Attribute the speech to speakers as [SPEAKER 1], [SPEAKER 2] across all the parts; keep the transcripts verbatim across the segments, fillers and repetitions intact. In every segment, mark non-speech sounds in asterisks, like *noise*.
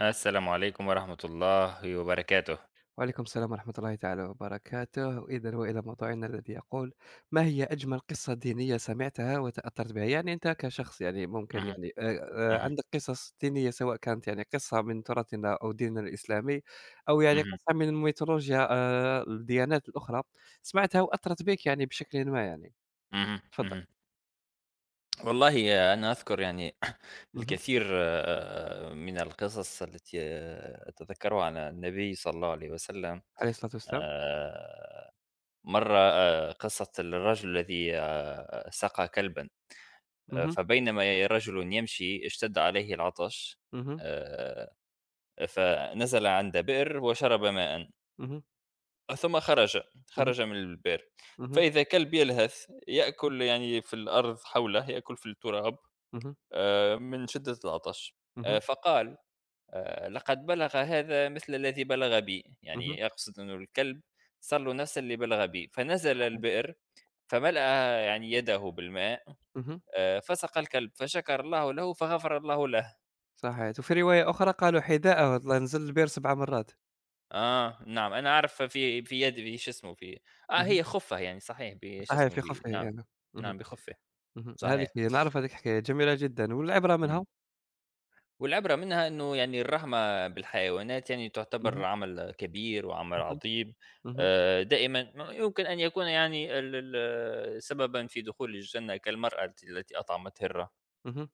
[SPEAKER 1] السلام عليكم ورحمة الله وبركاته.
[SPEAKER 2] وعليكم السلام ورحمة الله تعالى وبركاته. إذا وإلى موضوعنا الذي يقول: ما هي أجمل قصة دينية سمعتها وتأثرت بها؟ يعني أنت كشخص، يعني ممكن
[SPEAKER 1] اهم،
[SPEAKER 2] يعني آه، آه،
[SPEAKER 1] اهم،
[SPEAKER 2] عندك قصص دينية، سواء كانت يعني قصة من تراثنا أو ديننا الإسلامي أو يعني
[SPEAKER 1] اهم،
[SPEAKER 2] قصة من الميثولوجيا، آه، الديانات الأخرى، سمعتها وأثرت بك يعني بشكل ما يعني.
[SPEAKER 1] اهم،
[SPEAKER 2] تفضل.
[SPEAKER 1] اهم. والله أنا أذكر يعني *clears throat*
[SPEAKER 2] مه.
[SPEAKER 1] الكثير آه، من القصص التي آه، أتذكرها عن النبي صلى الله عليه وسلم.
[SPEAKER 2] عليه الصلاة والسلام.
[SPEAKER 1] آه، مرة آه، قصة الرجل الذي آه، سقى كلبا. آه،
[SPEAKER 2] مه.
[SPEAKER 1] فبينما رجل يمشي اشتد عليه العطش،
[SPEAKER 2] مه.
[SPEAKER 1] آه، فنزل عند بئر وشرب ماء،
[SPEAKER 2] مه.
[SPEAKER 1] ثم خرج
[SPEAKER 2] مه.
[SPEAKER 1] خرج من البئر،
[SPEAKER 2] مه.
[SPEAKER 1] فإذا كلب يلهث يأكل يعني في الأرض حوله، يأكل في التراب
[SPEAKER 2] مه.
[SPEAKER 1] آه، من شدة العطش. آه،
[SPEAKER 2] مه.
[SPEAKER 1] فقال: آه، لقد بلغ هذا مثل الذي بلغ بي،
[SPEAKER 2] مه.
[SPEAKER 1] يعني يقصد أنه الكلب صار له نفس اللي بلغ بي. فنزل البئر فملأ يعني يده بالماء،
[SPEAKER 2] مه.
[SPEAKER 1] آه، فسق الكلب فشكر الله له فغفر الله له.
[SPEAKER 2] صحيت، وفي رواية أخرى قالوا حذاءه الله نزل البير سبع مرات.
[SPEAKER 1] اه نعم، انا اعرف، في في يد، في شو اسمه، في اه
[SPEAKER 2] اهم،
[SPEAKER 1] هي خفه يعني، صحيح بشو
[SPEAKER 2] صحيح
[SPEAKER 1] اسمه
[SPEAKER 2] في
[SPEAKER 1] بي.
[SPEAKER 2] خفه
[SPEAKER 1] نعم،
[SPEAKER 2] يعني. اهم،
[SPEAKER 1] نعم بخفه.
[SPEAKER 2] اهم، هذيك
[SPEAKER 1] صحيح.
[SPEAKER 2] هي نعرف، هذيك الحكاية جميلة جدًا، والعبرة
[SPEAKER 1] إمم.
[SPEAKER 2] منها.
[SPEAKER 1] والعبرة منها إنه يعني الرحمة بالحيوانات يعني تعتبر
[SPEAKER 2] اهم،
[SPEAKER 1] عمل كبير وعمل
[SPEAKER 2] اهم،
[SPEAKER 1] عظيم.
[SPEAKER 2] اهم،
[SPEAKER 1] آآ، دائمًا م يمكن أن يكون يعني ال ال سببًا في دخول الجنة، كالمرأة الت التي أطعمت هرة.
[SPEAKER 2] اهم.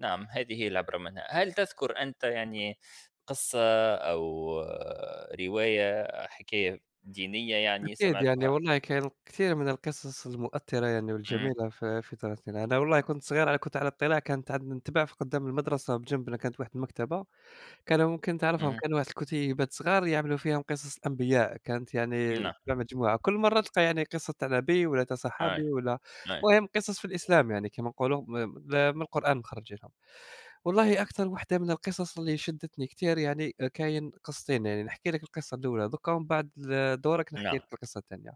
[SPEAKER 1] نعم، هذه هي العبرة منها. هل تذكر أنت يعني قصة، أو آه، رواية، حكاية دينية يعني
[SPEAKER 2] أكيد يعني
[SPEAKER 1] سمعتها؟
[SPEAKER 2] والله كاين كثير من القصص المؤثرة يعني
[SPEAKER 1] إمم،
[SPEAKER 2] والجميلة في في طفولتنا. أنا والله كنت صغير، أنا كنت على اطلاع، كانت عندنا نتبع في قدّام المدرسة بجنبنا كانت واحد المكتبة، كانوا ممكن تعرفهم،
[SPEAKER 1] اهم،
[SPEAKER 2] كانوا واحد الكتيبات صغار يعملوا فيهم قصص الأنبياء، كانت يعني
[SPEAKER 1] نعم،
[SPEAKER 2] تبع مجموعة، كل مرة تلقى يعني قصة تاع نبي والّا تاع
[SPEAKER 1] أي،
[SPEAKER 2] صحابي والّا
[SPEAKER 1] أي،
[SPEAKER 2] المهم قصص في الإسلام يعني كيما نقولوا م م من القرآن مخرجينهم. والله أكثر وحدة من القصص اللي شدتني كتير يعني، آآ كاين قصتين يعني، نحكي لك القصة الأولى دوكا ومن بعد ل دورك نحكي
[SPEAKER 1] نعم،
[SPEAKER 2] لك القصة الثانية.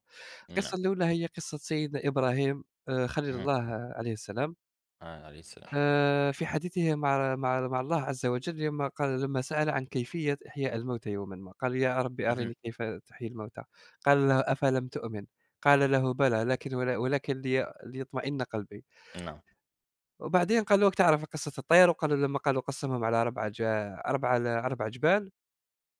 [SPEAKER 1] نعم،
[SPEAKER 2] القصة الأولى هي قصة سيدنا إبراهيم آآ خليل
[SPEAKER 1] اهم،
[SPEAKER 2] الله عليه السلام.
[SPEAKER 1] آه، عليه السلام،
[SPEAKER 2] آآ في حديثه مع مع مع الله عز وجل، لما قال، لما سأل عن كيفية إحياء الموتى يومًا ما، قال: "يا رب
[SPEAKER 1] اهم،
[SPEAKER 2] أرني كيف تحيي الموتى." قال له: "أفلم تؤمن؟" قال له: "بلى لكن ول ولكن لي ليطمئن قلبي."
[SPEAKER 1] نعم،
[SPEAKER 2] وبعدين قال له: "تعرف قصة الطير؟" وقالوا، لما قالوا قسمهم على أربع ج أربع ل أربع جبال،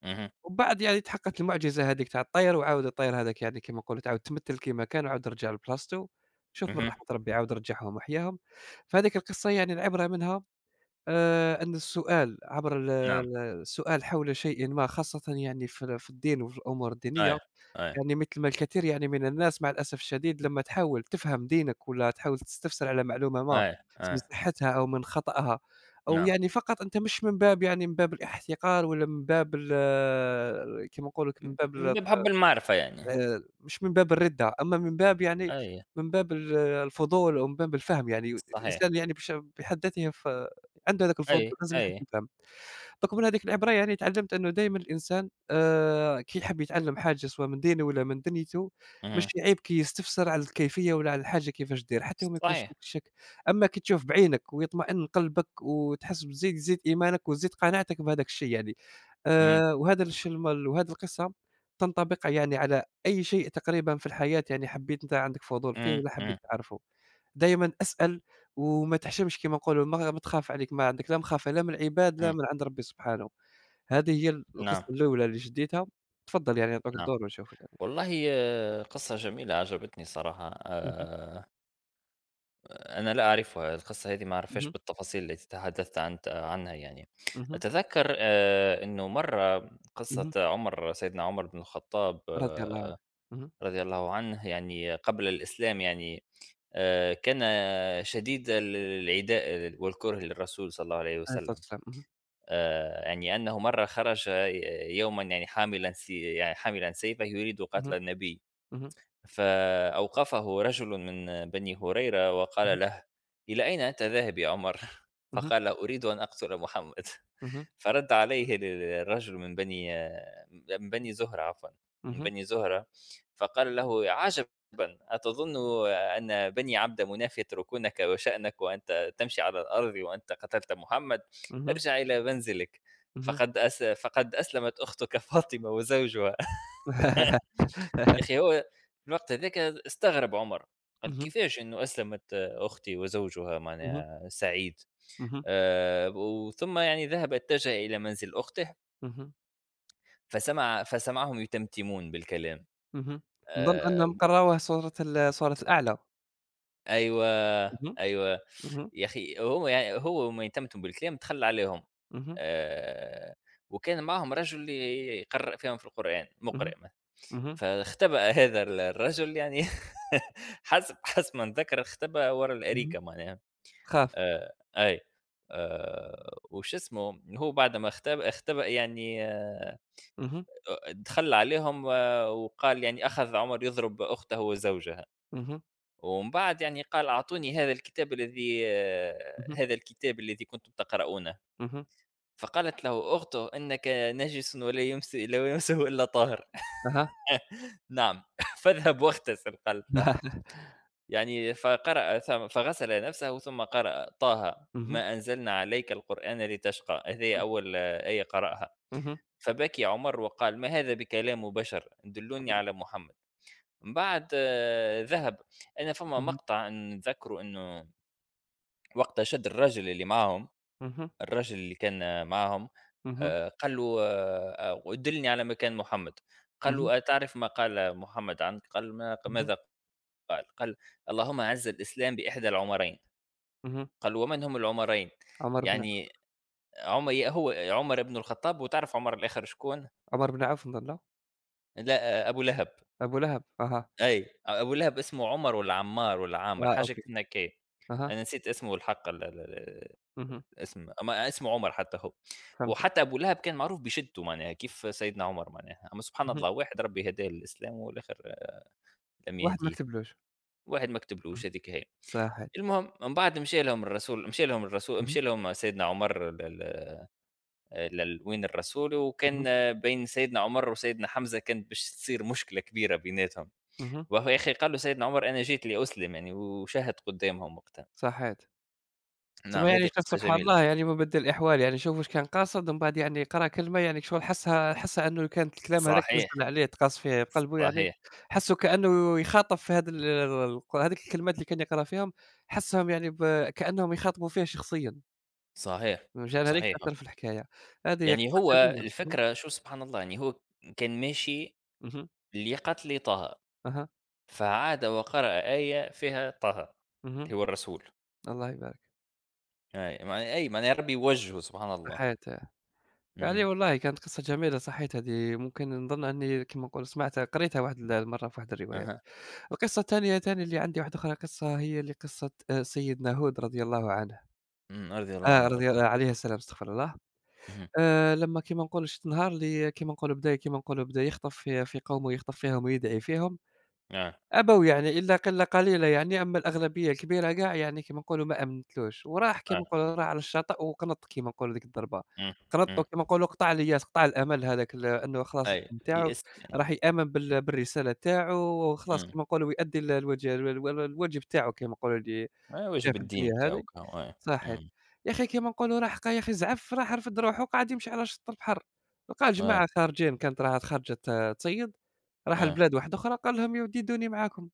[SPEAKER 1] اهم،
[SPEAKER 2] وبعد يعني تحققت المعجزة هذيك تاع الطير، وعاود الطير هذاك يعني كيما نقولوا تعاود تمثل كيما كان، وعاود رجع لبلاصتو. شوف من
[SPEAKER 1] اهم،
[SPEAKER 2] رحمة ربي عاود رجعهم وحياهم. فهذيك القصة يعني العبرة منها آآ أن السؤال عبر ال
[SPEAKER 1] نعم.
[SPEAKER 2] ال السؤال حول شيء ما، خاصةً يعني في ال في الدين وفي الأمور الدينية،
[SPEAKER 1] أيوه، أيوه،
[SPEAKER 2] يعني مثل ما الكثير يعني من الناس مع الأسف الشديد لمّا تحاول تفهم دينك والّا تحاول تستفسر على معلومة ما،
[SPEAKER 1] أيوه،
[SPEAKER 2] من
[SPEAKER 1] أيوه،
[SPEAKER 2] صحتها أو من خطأها، أو
[SPEAKER 1] نعم.
[SPEAKER 2] يعني فقط أنت مش من باب، يعني من باب الاحتقار ولا من باب ال كيما نقولوا ك
[SPEAKER 1] م
[SPEAKER 2] من باب
[SPEAKER 1] م
[SPEAKER 2] ال
[SPEAKER 1] بحُب المعرفة يعني.
[SPEAKER 2] آآ مش من باب الرِّدّة، أمّا من باب يعني
[SPEAKER 1] أيوه،
[SPEAKER 2] من باب ال الفضول أو من باب الفهم يعني،
[SPEAKER 1] صحيح.
[SPEAKER 2] الإنسان يعني بش بحد ذاته ف عنده هذاك الفضول،
[SPEAKER 1] أيوه،
[SPEAKER 2] لازم يحب
[SPEAKER 1] أيوه،
[SPEAKER 2] يفهم. دوك من هذيك العبرة يعني تعلّمت إنه دايمًا الإنسان آآ كي يحب يتعلّم حاجة سواء من دينه والّا من دنيته،
[SPEAKER 1] اهم،
[SPEAKER 2] ماشي عيب كي يستفسر على الكيفية ولا على الحاجة كيفاش دير، حتى وما يكونش
[SPEAKER 1] صحيح.
[SPEAKER 2] فيك شك. أمّا كي تشوف بعينك ويطمئن قلبك وتحس بزيد يزيد إيمانك وتزيد قناعتك بهذاك الشيء يعني.
[SPEAKER 1] إمم،
[SPEAKER 2] آآ وهذا الش الم وهذه القصة تنطبق يعني على أي شيء تقريبًا في الحياة، يعني حبيت أنت عندك فضول فيه
[SPEAKER 1] إمم،
[SPEAKER 2] والّا
[SPEAKER 1] إمم،
[SPEAKER 2] حبيت تعرفه. دايمًا أسأل وما تحشمش، كما نقولوا ما ما تخاف، عليك ما عندك لا مخافة لا من العباد لا
[SPEAKER 1] إمم،
[SPEAKER 2] من عند ربي سبحانه. هذه هي
[SPEAKER 1] نعم،
[SPEAKER 2] القصة الأولى اللي شديتها. تفضل يعني نعطوك
[SPEAKER 1] نعم.
[SPEAKER 2] الدور ونشوفوا ثاني.
[SPEAKER 1] والله آه، قصة جميلة عجبتني صراحة.
[SPEAKER 2] اهم،
[SPEAKER 1] آآ أنا لا أعرفها، القصة هذه ما أعرفهاش
[SPEAKER 2] اهم،
[SPEAKER 1] بالتفاصيل التي تحدثت عن عنها يعني.
[SPEAKER 2] اهم،
[SPEAKER 1] أتذكّر آآ إنه مرّة قصة
[SPEAKER 2] اهم،
[SPEAKER 1] عُمر سيدنا عُمر بن الخطاب،
[SPEAKER 2] رضي الله عنه.
[SPEAKER 1] آه،
[SPEAKER 2] اهم،
[SPEAKER 1] رضي الله عنه، يعني قبل الإسلام يعني، آآ كان شديد ال العداء والكره للرسول صلى الله عليه
[SPEAKER 2] عليه الصلاة
[SPEAKER 1] وسلم.
[SPEAKER 2] والسلام. اهم،
[SPEAKER 1] آآ يعني أنه مرّة خرج ي يومًا يعني حاملًا س يعني حاملًا سيفه يريد قتل
[SPEAKER 2] اهم،
[SPEAKER 1] النبي.
[SPEAKER 2] اهم،
[SPEAKER 1] فأوقفه رجل من بني هريرة
[SPEAKER 2] اهم،
[SPEAKER 1] وقال له: "إلى أين أنت ذاهب يا عمر؟" *laughs*
[SPEAKER 2] اهم،
[SPEAKER 1] فقال: "أريد أن أقتل محمد."
[SPEAKER 2] اهم،
[SPEAKER 1] *laughs* فرد عليه ال الرجل من بني من بني زهرة، عفوًا، من
[SPEAKER 2] اهم،
[SPEAKER 1] بني زهرة، فقال له: "عجبًا، أتظن أن بني عبد مناف يتركونك وشأنك وأنت تمشي على الأرض وأنت قتلت محمد؟
[SPEAKER 2] اهم،
[SPEAKER 1] ارجع إلى منزلك،
[SPEAKER 2] اهم.
[SPEAKER 1] فقد أس فقد أسلمت أختك فاطمة وزوجها." يا أخي، هو في الوقت هذاك استغرب عمر، قال
[SPEAKER 2] اهم،
[SPEAKER 1] كيفاش إنه أسلمت أختي وزوجها،
[SPEAKER 2] اهم،
[SPEAKER 1] معناها سعيد.
[SPEAKER 2] اهم. *laughs*
[SPEAKER 1] آآ، وثم يعني ذهب اتجه إلى منزل أخته،
[SPEAKER 2] اهم،
[SPEAKER 1] فسمع فسمعهم يتمتمون بالكلام.
[SPEAKER 2] اهم. نظن
[SPEAKER 1] آآ،
[SPEAKER 2] أنهم كرّروه صورة ال صورة الأعلى.
[SPEAKER 1] أيوه،
[SPEAKER 2] اهم،
[SPEAKER 1] أيوه،
[SPEAKER 2] اهم،
[SPEAKER 1] يا أخي هو يعني هو وهما يتمتموا بالكلام، تخلى عليهم.
[SPEAKER 2] اهم،
[SPEAKER 1] آآ، وكان معاهم رجل ي يقرأ فيهم في القرآن، مقرئ.
[SPEAKER 2] اهم، اهم،
[SPEAKER 1] فاختبأ *laughs* هذا ال الرجل يعني *laughs* حسب حسب ما نتذكر اختبأ ورا
[SPEAKER 2] اهم.
[SPEAKER 1] الأريكة معناها.
[SPEAKER 2] خاف.
[SPEAKER 1] آآ أي، آآ وش اسمه، هو بعد ما اختب اختبأ يعني، آآ
[SPEAKER 2] اهم،
[SPEAKER 1] دخل عليهم آه وقال، يعني أخذ عمر يضرب أخته وزوجها،
[SPEAKER 2] اهم،
[SPEAKER 1] ومن بعد يعني قال: "أعطوني هذا الكتاب الذي آه
[SPEAKER 2] اهم،
[SPEAKER 1] هذا الكتاب الذي كنتم تقرؤونه."
[SPEAKER 2] اهم.
[SPEAKER 1] فقالت له أخته: "إنك نجس ولا يمس لا يمسه إلا طاهر."
[SPEAKER 2] أها.
[SPEAKER 1] *laughs* "نعم، *laughs* فاذهب واغتسل." قالت له.
[SPEAKER 2] *laughs*
[SPEAKER 1] يعني فقرأ ثم فغسل نفسه ثم قرأ: طه،
[SPEAKER 2] اهم،
[SPEAKER 1] ما أنزلنا عليك القرآن لتشقى. هذه
[SPEAKER 2] اهم،
[SPEAKER 1] أول آه، آية قرأها،
[SPEAKER 2] اهم،
[SPEAKER 1] فبكي عمر وقال: ما هذا بكلام بشر، دلوني على محمد. من بعد آه، ذهب. أنا فما
[SPEAKER 2] اهم،
[SPEAKER 1] مقطع نذكره أنه وقت شد الرجل اللي معهم
[SPEAKER 2] اهم،
[SPEAKER 1] الرجل اللي كان معهم،
[SPEAKER 2] اهم،
[SPEAKER 1] آه، قال له: آه، آه، دلني على مكان محمد. قال له: أتعرف ما قال محمد عنك؟ قال: ما-
[SPEAKER 2] اهم،
[SPEAKER 1] ماذا؟ قال قال: اللهم أعز الإسلام بإحدى العمرين.
[SPEAKER 2] اهم.
[SPEAKER 1] قال: "ومن هم العُمَرَيْنِ؟"
[SPEAKER 2] عمر بن
[SPEAKER 1] يعني عُم ي هو عُمَر بن الخطاب، وتعرف عُمَر الآخر شكون؟
[SPEAKER 2] عمر بن عوف نظن، لا؟
[SPEAKER 1] لأ، أبو لهب.
[SPEAKER 2] أبو لهب. أها.
[SPEAKER 1] أي، أبو لهب اسمه عُمَر والّا عمّار والّا عامر،
[SPEAKER 2] آه،
[SPEAKER 1] حاجة
[SPEAKER 2] أوكي.
[SPEAKER 1] كيما هكايا.
[SPEAKER 2] أها.
[SPEAKER 1] أنا نسيت اسمه الحق، ال ال ال-
[SPEAKER 2] اهم.
[SPEAKER 1] الاسم، أما اسمه عُمَر حتى هو.
[SPEAKER 2] فهمتك.
[SPEAKER 1] وحتى أبو لهب كان معروف بِشِدته معناها، كيف سيدنا عُمَر معناها. أما سبحان
[SPEAKER 2] اهم.
[SPEAKER 1] الله، واحد ربي هداه للإسلام والآخر لم
[SPEAKER 2] واحد ما
[SPEAKER 1] يهديه،
[SPEAKER 2] كتبلوش.
[SPEAKER 1] واحد ما
[SPEAKER 2] اهم.
[SPEAKER 1] كتبلوش هذيك هي.
[SPEAKER 2] صحيت.
[SPEAKER 1] المهم من بعد مشى لهم الرسول مشى لهم الرسول
[SPEAKER 2] اهم،
[SPEAKER 1] مشى لهم سيدنا عُمَر ال ال للوين الرسول، وكان
[SPEAKER 2] اهم،
[SPEAKER 1] بين سيدنا عمر وسيدنا حمزه كانت باش تصير مشكله كبيره بيناتهم،
[SPEAKER 2] اهم.
[SPEAKER 1] وهو يا اخي قال له سيدنا عمر: انا جيت لاسلم يعني، وشهد قدامهم وقتها.
[SPEAKER 2] صحيت. تما
[SPEAKER 1] نعم، هذه
[SPEAKER 2] يعني شوف
[SPEAKER 1] قصه
[SPEAKER 2] سبحان
[SPEAKER 1] جميله،
[SPEAKER 2] الله، يعني مُبدِّل الأحوال، يعني شوف واش كان قاصد ومن بعد يعني قرا كلمة، يعني شغل حسّها حسّها أنه كانت الكلام هذاك نزّل
[SPEAKER 1] صحيح،
[SPEAKER 2] عليه تقاص فيه بقلبه يعني،
[SPEAKER 1] صحيح،
[SPEAKER 2] حسّه كأنه يخاطب في هاد ال الق هاذيك الكلمات اللي كان يقرا فيهم، حسّهم يعني ب كأنهم يخاطبوا فيه شخصيًا،
[SPEAKER 1] صحيح،
[SPEAKER 2] مشان هذيك
[SPEAKER 1] صحيح.
[SPEAKER 2] تأثّر في الحكاية، هذه هي
[SPEAKER 1] يعني
[SPEAKER 2] قصة
[SPEAKER 1] هو
[SPEAKER 2] جميلة. اهم،
[SPEAKER 1] الفكره شو سبحان الله، يعني هو كان ماشي
[SPEAKER 2] اهم،
[SPEAKER 1] لقتل طه،
[SPEAKER 2] أها،
[SPEAKER 1] فعاد وقرأ آية فيها طه
[SPEAKER 2] اهم،
[SPEAKER 1] اللي هو الرسول.
[SPEAKER 2] الله يبارك.
[SPEAKER 1] اي معنى اي معنى ربي يوجهه سبحان الله.
[SPEAKER 2] صحيت. يعني
[SPEAKER 1] اها،
[SPEAKER 2] والله كانت قصة جميلة، صحيت، هذه ممكن نظن أني كيما نقولوا سمعتها قريتها واحد المَرّة في واحد الرواية.
[SPEAKER 1] اها،
[SPEAKER 2] القصة الثانية ثاني اللي عندي، واحدة أخرى قصة هي اللي قصة آآ سيدنا هود رضي الله عنه،
[SPEAKER 1] أمم، رضي الله
[SPEAKER 2] آه،
[SPEAKER 1] عنه
[SPEAKER 2] رضي
[SPEAKER 1] وارضاه،
[SPEAKER 2] الله عليه السلام، استغفر الله.
[SPEAKER 1] اها،
[SPEAKER 2] آآ لمّا كيما نقولوا شت، نهار اللي كيما نقولوا بدا، كيما نقولوا بدا يخطف في في قومه، يخطف فيهم ويدعي فيهم.
[SPEAKER 1] آه.
[SPEAKER 2] أبوا يعني إلا قِلّة قليلة يعني، أمّا الأغلبية الكبيرة كاع يعني كيما نقولوا ما أمنتلوش، وراح كيما
[SPEAKER 1] آه.
[SPEAKER 2] نقولوا راح على الشاطئ وقنَط كيما نقولوا ديك الضربة،
[SPEAKER 1] إمم،
[SPEAKER 2] قنَط
[SPEAKER 1] إمم،
[SPEAKER 2] وكيما نقولوا قطع الياس، قطع الأمل هذاك ال إنه خلاص
[SPEAKER 1] أيوه
[SPEAKER 2] نتاعو
[SPEAKER 1] يئست
[SPEAKER 2] راح
[SPEAKER 1] يعني،
[SPEAKER 2] يآمن بال بالرسالة تاعو، وخلاص
[SPEAKER 1] إمم،
[SPEAKER 2] كيما نقولوا ويأدّي ال الوج الو الو الواجب تاعو كيما نقولوا اللي
[SPEAKER 1] أيوه
[SPEAKER 2] جاه
[SPEAKER 1] الواجب
[SPEAKER 2] في
[SPEAKER 1] الديني
[SPEAKER 2] الدنيا
[SPEAKER 1] بتاعه
[SPEAKER 2] هذه،
[SPEAKER 1] كا آه،
[SPEAKER 2] صحيت.
[SPEAKER 1] إمم،
[SPEAKER 2] يا أخي كيما نقولوا راح ق يا أخي زعف، راح رفد روحه وقعد يمشي على شط البحر، لقى
[SPEAKER 1] آه،
[SPEAKER 2] جماعة خارجين، كانت راها خارجة ت تصيّد، راح
[SPEAKER 1] آه،
[SPEAKER 2] لبلاد واحدة أخرى، قال لهم: "يا ودي دوني معاكم."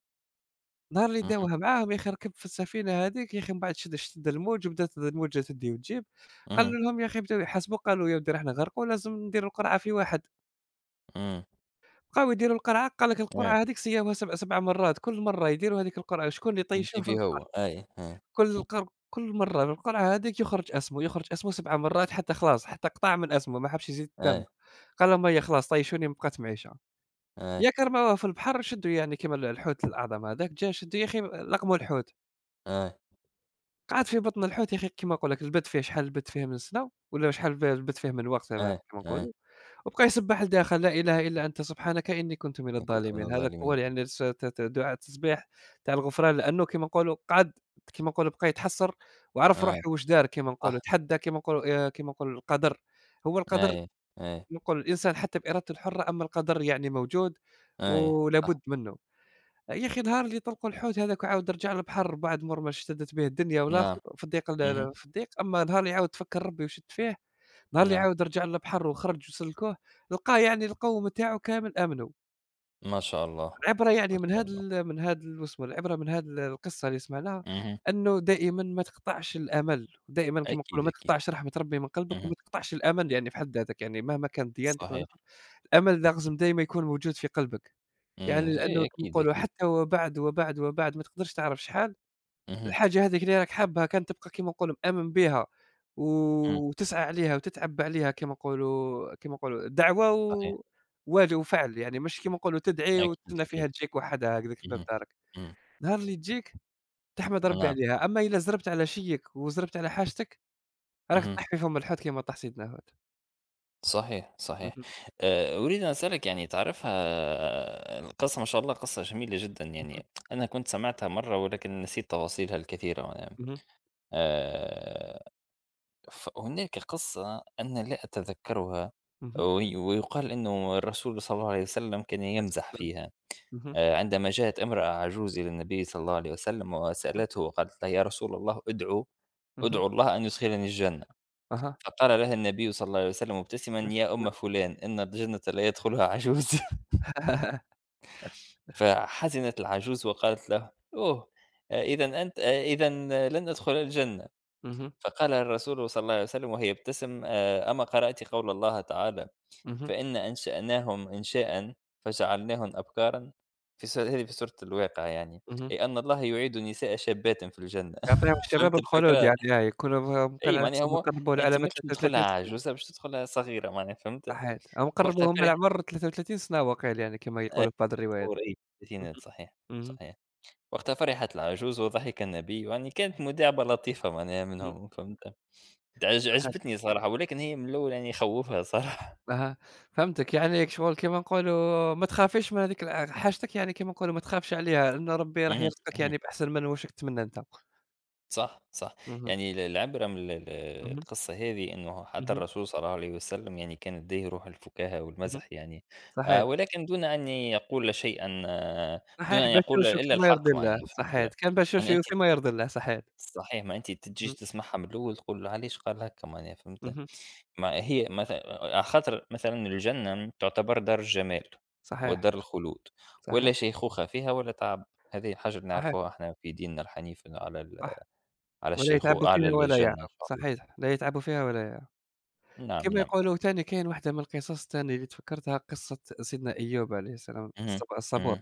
[SPEAKER 2] نهار اللي
[SPEAKER 1] اهم،
[SPEAKER 2] داوها معاهم يا أخي ركب في السفينة هاذيك، يا أخي من بعد شد شد الموج وبدات الموجة تدي وتجيب، قالوا
[SPEAKER 1] اهم،
[SPEAKER 2] لهم يا أخي بداو يحاسبوا، قالوا يا ودي راحنا غرقوا، لازم نديروا القرعة في واحد.
[SPEAKER 1] إمم،
[SPEAKER 2] بقاو يديروا القرعة، قال لك
[SPEAKER 1] آه،
[SPEAKER 2] القرعة هاذيك سياوها سبعة سبعة مرات، كل مرة يديروا هاذيك القرعة شكون اللي يطيشوه في
[SPEAKER 1] جيبي هو،
[SPEAKER 2] البحر.
[SPEAKER 1] أيوه، آه،
[SPEAKER 2] كل القر كل مرة القرعة هاذيك يخرج اسمه، يخرج اسمه سبع مرات، حتى خلاص حتى قطع من اسمه ما حبش يزيد الثمن،
[SPEAKER 1] آه،
[SPEAKER 2] قال لهم: "هيا خلاص طيشوني ما بقات معيشة."
[SPEAKER 1] آه،
[SPEAKER 2] ياك رماوه في البحر، شدوا يعني كيما ال الحوت الأعظم هذاك جا، شدوا يا أخي لقموا الحوت.
[SPEAKER 1] آه،
[SPEAKER 2] قعدت في بطن الحوت يا أخي، كيما نقول لك لبثت فيه شحال، لبثت فيه من سنة ولا شحال ب لبثت فيه من وقت، كما
[SPEAKER 1] آه،
[SPEAKER 2] كما
[SPEAKER 1] آه،
[SPEAKER 2] نقولوا، وبقى يسبّح لداخل: "لا إله إلا أنت سبحانك إني كنت من
[SPEAKER 1] من كتر من
[SPEAKER 2] الظالمين." هذاك
[SPEAKER 1] الظالمين،
[SPEAKER 2] هو يعني الس ت ت دعاء التسبيح تاع الغفران، لأنه كيما نقولوا قعد كيما نقولوا بقى يتحسّر وعرف
[SPEAKER 1] آه،
[SPEAKER 2] روحه واش دار، كيما نقولوا
[SPEAKER 1] صح،
[SPEAKER 2] تحدى كيما نقولوا آآ كيما نقولوا القدر. هو القدر،
[SPEAKER 1] أيوه، أيوه،
[SPEAKER 2] نقول الإنسان حتى بإرادته الحرة، أما القدر يعني موجود
[SPEAKER 1] أيوه، صح،
[SPEAKER 2] ولابد منه. يا أخي نهار اللي طلقوا الحوت هذاك وعاود رجع للبحر بعد مور ما اشتدت به الدنيا
[SPEAKER 1] نعم،
[SPEAKER 2] والآخر في الضيق ال
[SPEAKER 1] اهم،
[SPEAKER 2] ال في الضيق، أما نهار اللي عاود فكر ربي وشد فيه، نهار اللي
[SPEAKER 1] نعم،
[SPEAKER 2] عاود رجع للبحر وخرج وسلكوه، لقاه يعني القوم نتاعو كامل آمنوا.
[SPEAKER 1] ما شاء الله،
[SPEAKER 2] العبرة
[SPEAKER 1] ما
[SPEAKER 2] يعني من
[SPEAKER 1] شاء
[SPEAKER 2] هاد
[SPEAKER 1] الله،
[SPEAKER 2] ال من هاد ال واسمه العبرة من هاد ال القصة اللي سمعناها،
[SPEAKER 1] اهم،
[SPEAKER 2] إنه دائمًا ما تقطعش الأمل، ودائمًا كيما
[SPEAKER 1] أكيد،
[SPEAKER 2] نقولوا ما
[SPEAKER 1] أكيد،
[SPEAKER 2] تقطعش رحمة ربي من قلبك،
[SPEAKER 1] اهم،
[SPEAKER 2] وما تقطعش الأمل يعني في حد ذاتك، يعني مهما كانت ديانتك والّا
[SPEAKER 1] صحيح،
[SPEAKER 2] الآخر، الأمل لازم دايمًا يكون موجود في قلبك.
[SPEAKER 1] إمم،
[SPEAKER 2] يعني
[SPEAKER 1] إيه
[SPEAKER 2] لأنه كيما
[SPEAKER 1] أكيد،
[SPEAKER 2] نقولوا
[SPEAKER 1] أكيد،
[SPEAKER 2] حتى وبعد، وبعد، وبعد ما تقدرش تعرف شحال،
[SPEAKER 1] اهم،
[SPEAKER 2] الحاجة هاذيك اللي راك حابها كان تبقى كيما نقولوا مآمن بها،
[SPEAKER 1] إمم،
[SPEAKER 2] وتسعى عليها وتتعب عليها كيما نقولوا، كيما نقولوا دعوة
[SPEAKER 1] صحيح،
[SPEAKER 2] و واج وفعل، يعني مش كيما نقولوا تدعي
[SPEAKER 1] أكيد،
[SPEAKER 2] وتستنى
[SPEAKER 1] أكيد،
[SPEAKER 2] فيها تجيك وحدها هكذاك لباب
[SPEAKER 1] اهم،
[SPEAKER 2] دارك،
[SPEAKER 1] إمم،
[SPEAKER 2] نهار اللي تجيك تحمد ربي
[SPEAKER 1] نعم،
[SPEAKER 2] عليها، أما إلا زربت على شيك وزربت على حاجتك، راك
[SPEAKER 1] اهم.
[SPEAKER 2] تطيح في فم الحوت كيما طاح سيدنا هود.
[SPEAKER 1] صحيح، صحيح.
[SPEAKER 2] اهم،
[SPEAKER 1] آآ أريد أن أسألِك، يعني تعرفها القصة؟ ما شاء الله قصة جميلة جدًا يعني، أنا كنت سمعتها مرّة ولكن نسيت تفاصيلها الكثيرة ونعم.
[SPEAKER 2] اهم،
[SPEAKER 1] آآ فهناك قصة أنا لا أتذكّرها،
[SPEAKER 2] اهم، اهم،
[SPEAKER 1] وي ويُقال إنه الرسول صلى الله عليه وسلم كان
[SPEAKER 2] *laughs* عليه الصلاة
[SPEAKER 1] يمزح
[SPEAKER 2] والسلام.
[SPEAKER 1] فيها.
[SPEAKER 2] اهم،
[SPEAKER 1] آآ عندما جاءت امرأة عجوز إلى النبي صلى الله عليه وسلم
[SPEAKER 2] اهم،
[SPEAKER 1] وسألته وقالت له: "يا رسول الله، ادعُه
[SPEAKER 2] اهم،
[SPEAKER 1] ادعُوا الله أن يدخلني الجنة."
[SPEAKER 2] أها، *laughs*
[SPEAKER 1] فقال لها النبي صلى الله عليه وسلم مبتسما:
[SPEAKER 2] عليه الصلاة
[SPEAKER 1] يا أم
[SPEAKER 2] والسلام.
[SPEAKER 1] فلان، إن الجنة لا يدخلها عجوز. *laughs* فحزنت العجوز وقالت له: أوه، إذا أنت إذا لن أدخل الجنة.
[SPEAKER 2] اهم.
[SPEAKER 1] فقال الرسول صلى الله عليه وسلم وهي يبتسم: آه، أما قرأت قول الله تعالى:
[SPEAKER 2] اهم،
[SPEAKER 1] فإن أنشأناهم إنشاء فجعلناهم أبكارا، في سورة هذه، في سورة الواقع يعني.
[SPEAKER 2] اهم.
[SPEAKER 1] أي أن الله يعيد نساء شابات في الجنة.
[SPEAKER 2] يعطيهم
[SPEAKER 1] *laughs*
[SPEAKER 2] الشباب
[SPEAKER 1] فهمت
[SPEAKER 2] الخلود
[SPEAKER 1] الفكرة؟
[SPEAKER 2] يعني، آه، يكونوا ممكن
[SPEAKER 1] أي،
[SPEAKER 2] على
[SPEAKER 1] معناها
[SPEAKER 2] حسب ما
[SPEAKER 1] هو
[SPEAKER 2] قرّبوا
[SPEAKER 1] أنت
[SPEAKER 2] العلامة
[SPEAKER 1] ماكش مدخلها
[SPEAKER 2] ثلاثة وثلاثين سنة.
[SPEAKER 1] عجوزة، باش تدخلها صغيرة معناها، فهمت؟
[SPEAKER 2] صحيت، هم
[SPEAKER 1] وقتها
[SPEAKER 2] قرّبوا هُم
[SPEAKER 1] فرح،
[SPEAKER 2] العمر ثلاثة وثلاثين سنة، وقيل يعني كما يقولوا في بعض الروايات.
[SPEAKER 1] أتصور إي
[SPEAKER 2] اهم،
[SPEAKER 1] الستينات، صحيح،
[SPEAKER 2] اهم،
[SPEAKER 1] صحيح. وقتها فرحت العجوز وضحك النبي، يعني كانت مداعبة لطيفة معناها
[SPEAKER 2] اهم،
[SPEAKER 1] منهم، فهمت؟ عج
[SPEAKER 2] صحيت.
[SPEAKER 1] عجبتني صراحة، ولكن هي من الأول يعني خوّفها صراحة.
[SPEAKER 2] أها. فهمتك. يعني شغل كيما نقولوا ما تخافيش من هذيك الع حاجتك، يعني كيما نقولوا ما تخافش عليها، لأنه ربي
[SPEAKER 1] *laughs*
[SPEAKER 2] راح
[SPEAKER 1] اهم،
[SPEAKER 2] يرزقك
[SPEAKER 1] اهم.
[SPEAKER 2] يعني بأحسن من واش راك تتمنى أنت.
[SPEAKER 1] صح، صح.
[SPEAKER 2] اهم،
[SPEAKER 1] يعني ال العبرة من ال ال
[SPEAKER 2] اهم،
[SPEAKER 1] القصة هذه، إنه حتى
[SPEAKER 2] اهم،
[SPEAKER 1] الرسول صلى الله عليه وسلم يعني كان لديه روح الفكاهة
[SPEAKER 2] اهم،
[SPEAKER 1] والمزح يعني، آآ
[SPEAKER 2] صحيت.
[SPEAKER 1] ولكن دون أن يقول شيئًا آه دون
[SPEAKER 2] صحيح
[SPEAKER 1] أن يقول
[SPEAKER 2] بشوشو
[SPEAKER 1] إلا
[SPEAKER 2] كيما يرضي
[SPEAKER 1] الحق،
[SPEAKER 2] الله،
[SPEAKER 1] معناها فهمت؟
[SPEAKER 2] صحيت، كان
[SPEAKER 1] يعني
[SPEAKER 2] بشوشو
[SPEAKER 1] أنتِ
[SPEAKER 2] فيما يرضي الله. صحيت.
[SPEAKER 1] صحيح، ما أنتِ تجيش
[SPEAKER 2] اهم،
[SPEAKER 1] تسمعها من الأول تقول علاش قال هكا معناها، فهمت؟
[SPEAKER 2] اهم،
[SPEAKER 1] ما هي مثلًا، على خاطر مثلًا الجنة تعتبر دار الجمال
[SPEAKER 2] صحيح،
[SPEAKER 1] ودار الخلود، ولا
[SPEAKER 2] صحيح.
[SPEAKER 1] شيخوخة فيها ولا تعب، هذه حاجة
[SPEAKER 2] صحيح،
[SPEAKER 1] نعرفوها إحنا في ديننا الحنيف، على ال
[SPEAKER 2] صح.
[SPEAKER 1] على
[SPEAKER 2] ولا
[SPEAKER 1] الشيخو
[SPEAKER 2] يتعبوا
[SPEAKER 1] على
[SPEAKER 2] فيها ولا
[SPEAKER 1] الجنة إن
[SPEAKER 2] يعلم.
[SPEAKER 1] شاء الله.
[SPEAKER 2] صحيح، لا يتعبوا فيها ولا يعلم.
[SPEAKER 1] نعم،
[SPEAKER 2] كيما
[SPEAKER 1] نعم.
[SPEAKER 2] يقولوا تاني كاين واحدة من القصص تاني اللي تفكّرتها، قصة سيدنا أيوب عليه السلام
[SPEAKER 1] اهم،
[SPEAKER 2] الصب الصبور.
[SPEAKER 1] اهم،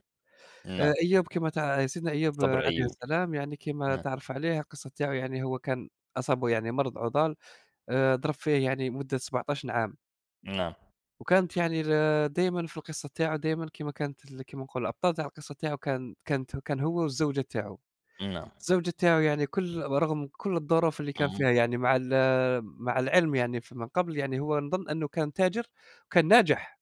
[SPEAKER 2] آآ
[SPEAKER 1] نعم.
[SPEAKER 2] أيوب كيما تع سيدنا أيوب، آه،
[SPEAKER 1] صبر
[SPEAKER 2] عليه
[SPEAKER 1] أيوب.
[SPEAKER 2] السلام، يعني كيما
[SPEAKER 1] اهم،
[SPEAKER 2] تعرف عليه القصة تاعو، يعني هو كان أصابه يعني مرض عُضال، آآ ضرب فيه يعني مدة سبعطاش عام.
[SPEAKER 1] نعم،
[SPEAKER 2] وكانت يعني ال دايمًا في القصة تاعو دايمًا كيما كانت ال كيما نقولوا الأبطال تاع القصة تاعو كان، كانت، كان هو والزوجة تاعو.
[SPEAKER 1] نعم،
[SPEAKER 2] الزوجة تاعو يعني كل، رغم كل الظروف اللي كان
[SPEAKER 1] اهم،
[SPEAKER 2] فيها يعني مع ال مع العلم يعني، ف من قبل يعني هو نظن أنه كان تاجر وكان ناجح،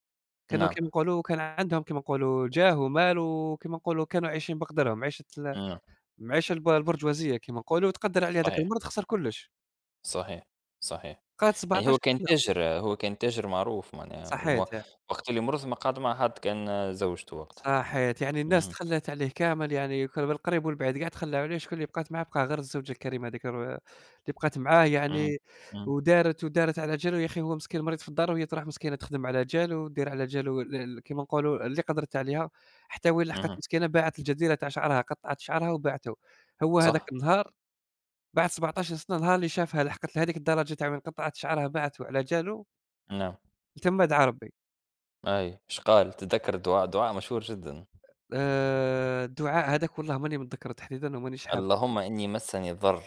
[SPEAKER 2] كانوا
[SPEAKER 1] نعم،
[SPEAKER 2] كيما نقولوا كان عندهم كيما نقولوا جاه ومال، وكيما نقولوا كانوا عايشين بقدرهم، عيشة ال
[SPEAKER 1] نعم.
[SPEAKER 2] معيشة الب البرجوازية كيما نقولوا، وتقدّر عليه هذاك
[SPEAKER 1] صحيح،
[SPEAKER 2] المرض خسر كلش.
[SPEAKER 1] صحيح، صحيح.
[SPEAKER 2] قعد
[SPEAKER 1] يعني هو
[SPEAKER 2] سبعة عشر
[SPEAKER 1] كان
[SPEAKER 2] سنة،
[SPEAKER 1] تاجر هو كان تاجر معروف معناها،
[SPEAKER 2] صحيت.
[SPEAKER 1] وما وقت اللي مرض ما قعد مع حد، كان زوجته وقتها.
[SPEAKER 2] صحيت، يعني الناس
[SPEAKER 1] اهم،
[SPEAKER 2] تخلّات عليه كامل، يعني كان بالقريب والبعيد قاع تخلاو عليه، شكون اللي بقات معاه؟ بقى غير الزوجة الكريمة هاذيك ال اللي بقات معاه
[SPEAKER 1] اهم،
[SPEAKER 2] يعني،
[SPEAKER 1] اهم،
[SPEAKER 2] ودارت، ودارت على جالو، يا أخي هو مسكين مريض في الدار وهي تروح مسكينة تخدم على جالو، دير على جالو ال ال كيما نقولوا اللي قدرت عليها، حتى وين لحقت
[SPEAKER 1] اهم،
[SPEAKER 2] مسكينة باعت الجزيرة تاع شعرها، قطعت شعرها وباعته. هو هذاك
[SPEAKER 1] صح،
[SPEAKER 2] النهار بعد سبعة عشر سنة، نهار اللي شافها لحقت لهاذيك الدرجة تاع وين قطعت شعرها باعته على جالو،
[SPEAKER 1] نعم،
[SPEAKER 2] تما دعا ربي.
[SPEAKER 1] أي إيش قال؟ تتذكر دعاء؟ دعاء مشهور جدًا.
[SPEAKER 2] آآ الدعاء هذاك والله ماني متذكره تحديدًا، ومانيش حاب.
[SPEAKER 1] اللهم إني مسني الضر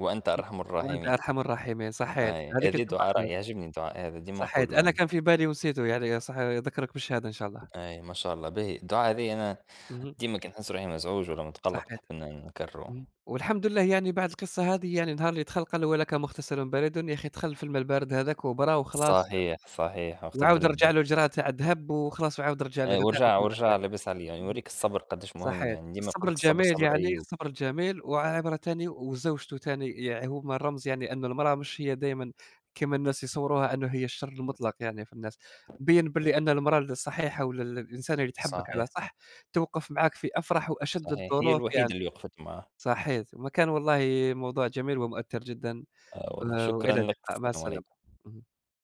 [SPEAKER 1] وأنت
[SPEAKER 2] إمم.
[SPEAKER 1] أرحم
[SPEAKER 2] وأنت
[SPEAKER 1] الراحمين.
[SPEAKER 2] أرحم الراحمين، صحيت،
[SPEAKER 1] أي
[SPEAKER 2] هذيك
[SPEAKER 1] هذي
[SPEAKER 2] الجمعة
[SPEAKER 1] دعاء راهي
[SPEAKER 2] خلاص.
[SPEAKER 1] يعجبني، الدعاء هذا ديما
[SPEAKER 2] صحيت،
[SPEAKER 1] نقولو
[SPEAKER 2] أنا
[SPEAKER 1] أنا.
[SPEAKER 2] كان في بالي ونسيته يعني، صح أذكّرك بالشهادة إن شاء الله.
[SPEAKER 1] أي ما شاء الله، باهي الدعاء هذي، أنا
[SPEAKER 2] اهم.
[SPEAKER 1] ديما كي نحس روحي مزعوج والّا متقلق
[SPEAKER 2] صحيت.
[SPEAKER 1] نحب ن نكرره.
[SPEAKER 2] اهم. والحمد لله يعني، بعد القصة هذه يعني نهار اللي دخل، قال له: "ولك مغتسل بريد." يا أخي دخل في الماء البارد هذاك وبرا وخلاص،
[SPEAKER 1] صحيح، صحيح وقت
[SPEAKER 2] وعاود
[SPEAKER 1] برد.
[SPEAKER 2] رجع له الجرعة تاع الذهب وخلاص، وعاود رجع
[SPEAKER 1] آآ
[SPEAKER 2] لغداه
[SPEAKER 1] وارجع
[SPEAKER 2] وكيما
[SPEAKER 1] وارجع
[SPEAKER 2] كان.
[SPEAKER 1] لابس عليه، يعني
[SPEAKER 2] اهم.
[SPEAKER 1] يوريك الصبر قدّاش مهم،
[SPEAKER 2] صحيت.
[SPEAKER 1] يعني ديما يقول
[SPEAKER 2] الصبر
[SPEAKER 1] لك الصبر
[SPEAKER 2] الجميل
[SPEAKER 1] صبر
[SPEAKER 2] يعني،
[SPEAKER 1] أيّوب.
[SPEAKER 2] الصبر الجميل. وعبرة تاني، وزوجته تاني يعني هما رمز، يعني أنه المرأة مش هي دايمًا كما الناس يصوّروها أنه هي الشر المطلق يعني في الناس، بيّن باللي أن المرأة الصحيحة ولا ال الإنسانة اللي تحبّك على
[SPEAKER 1] صحيح،
[SPEAKER 2] صح، توقف معاك في أفرح وأشد
[SPEAKER 1] صحيح. هي
[SPEAKER 2] الظروف يعني.
[SPEAKER 1] الوحيدة اللي وقفت معاه.
[SPEAKER 2] صحيت، وما كان والله موضوع جميل ومؤثّر جدًا.
[SPEAKER 1] آه والله،
[SPEAKER 2] آآ وإلى
[SPEAKER 1] شكرًا لك،
[SPEAKER 2] اللقاء، مع
[SPEAKER 1] السلام
[SPEAKER 2] السلامة.
[SPEAKER 1] عليكم.
[SPEAKER 2] اهم.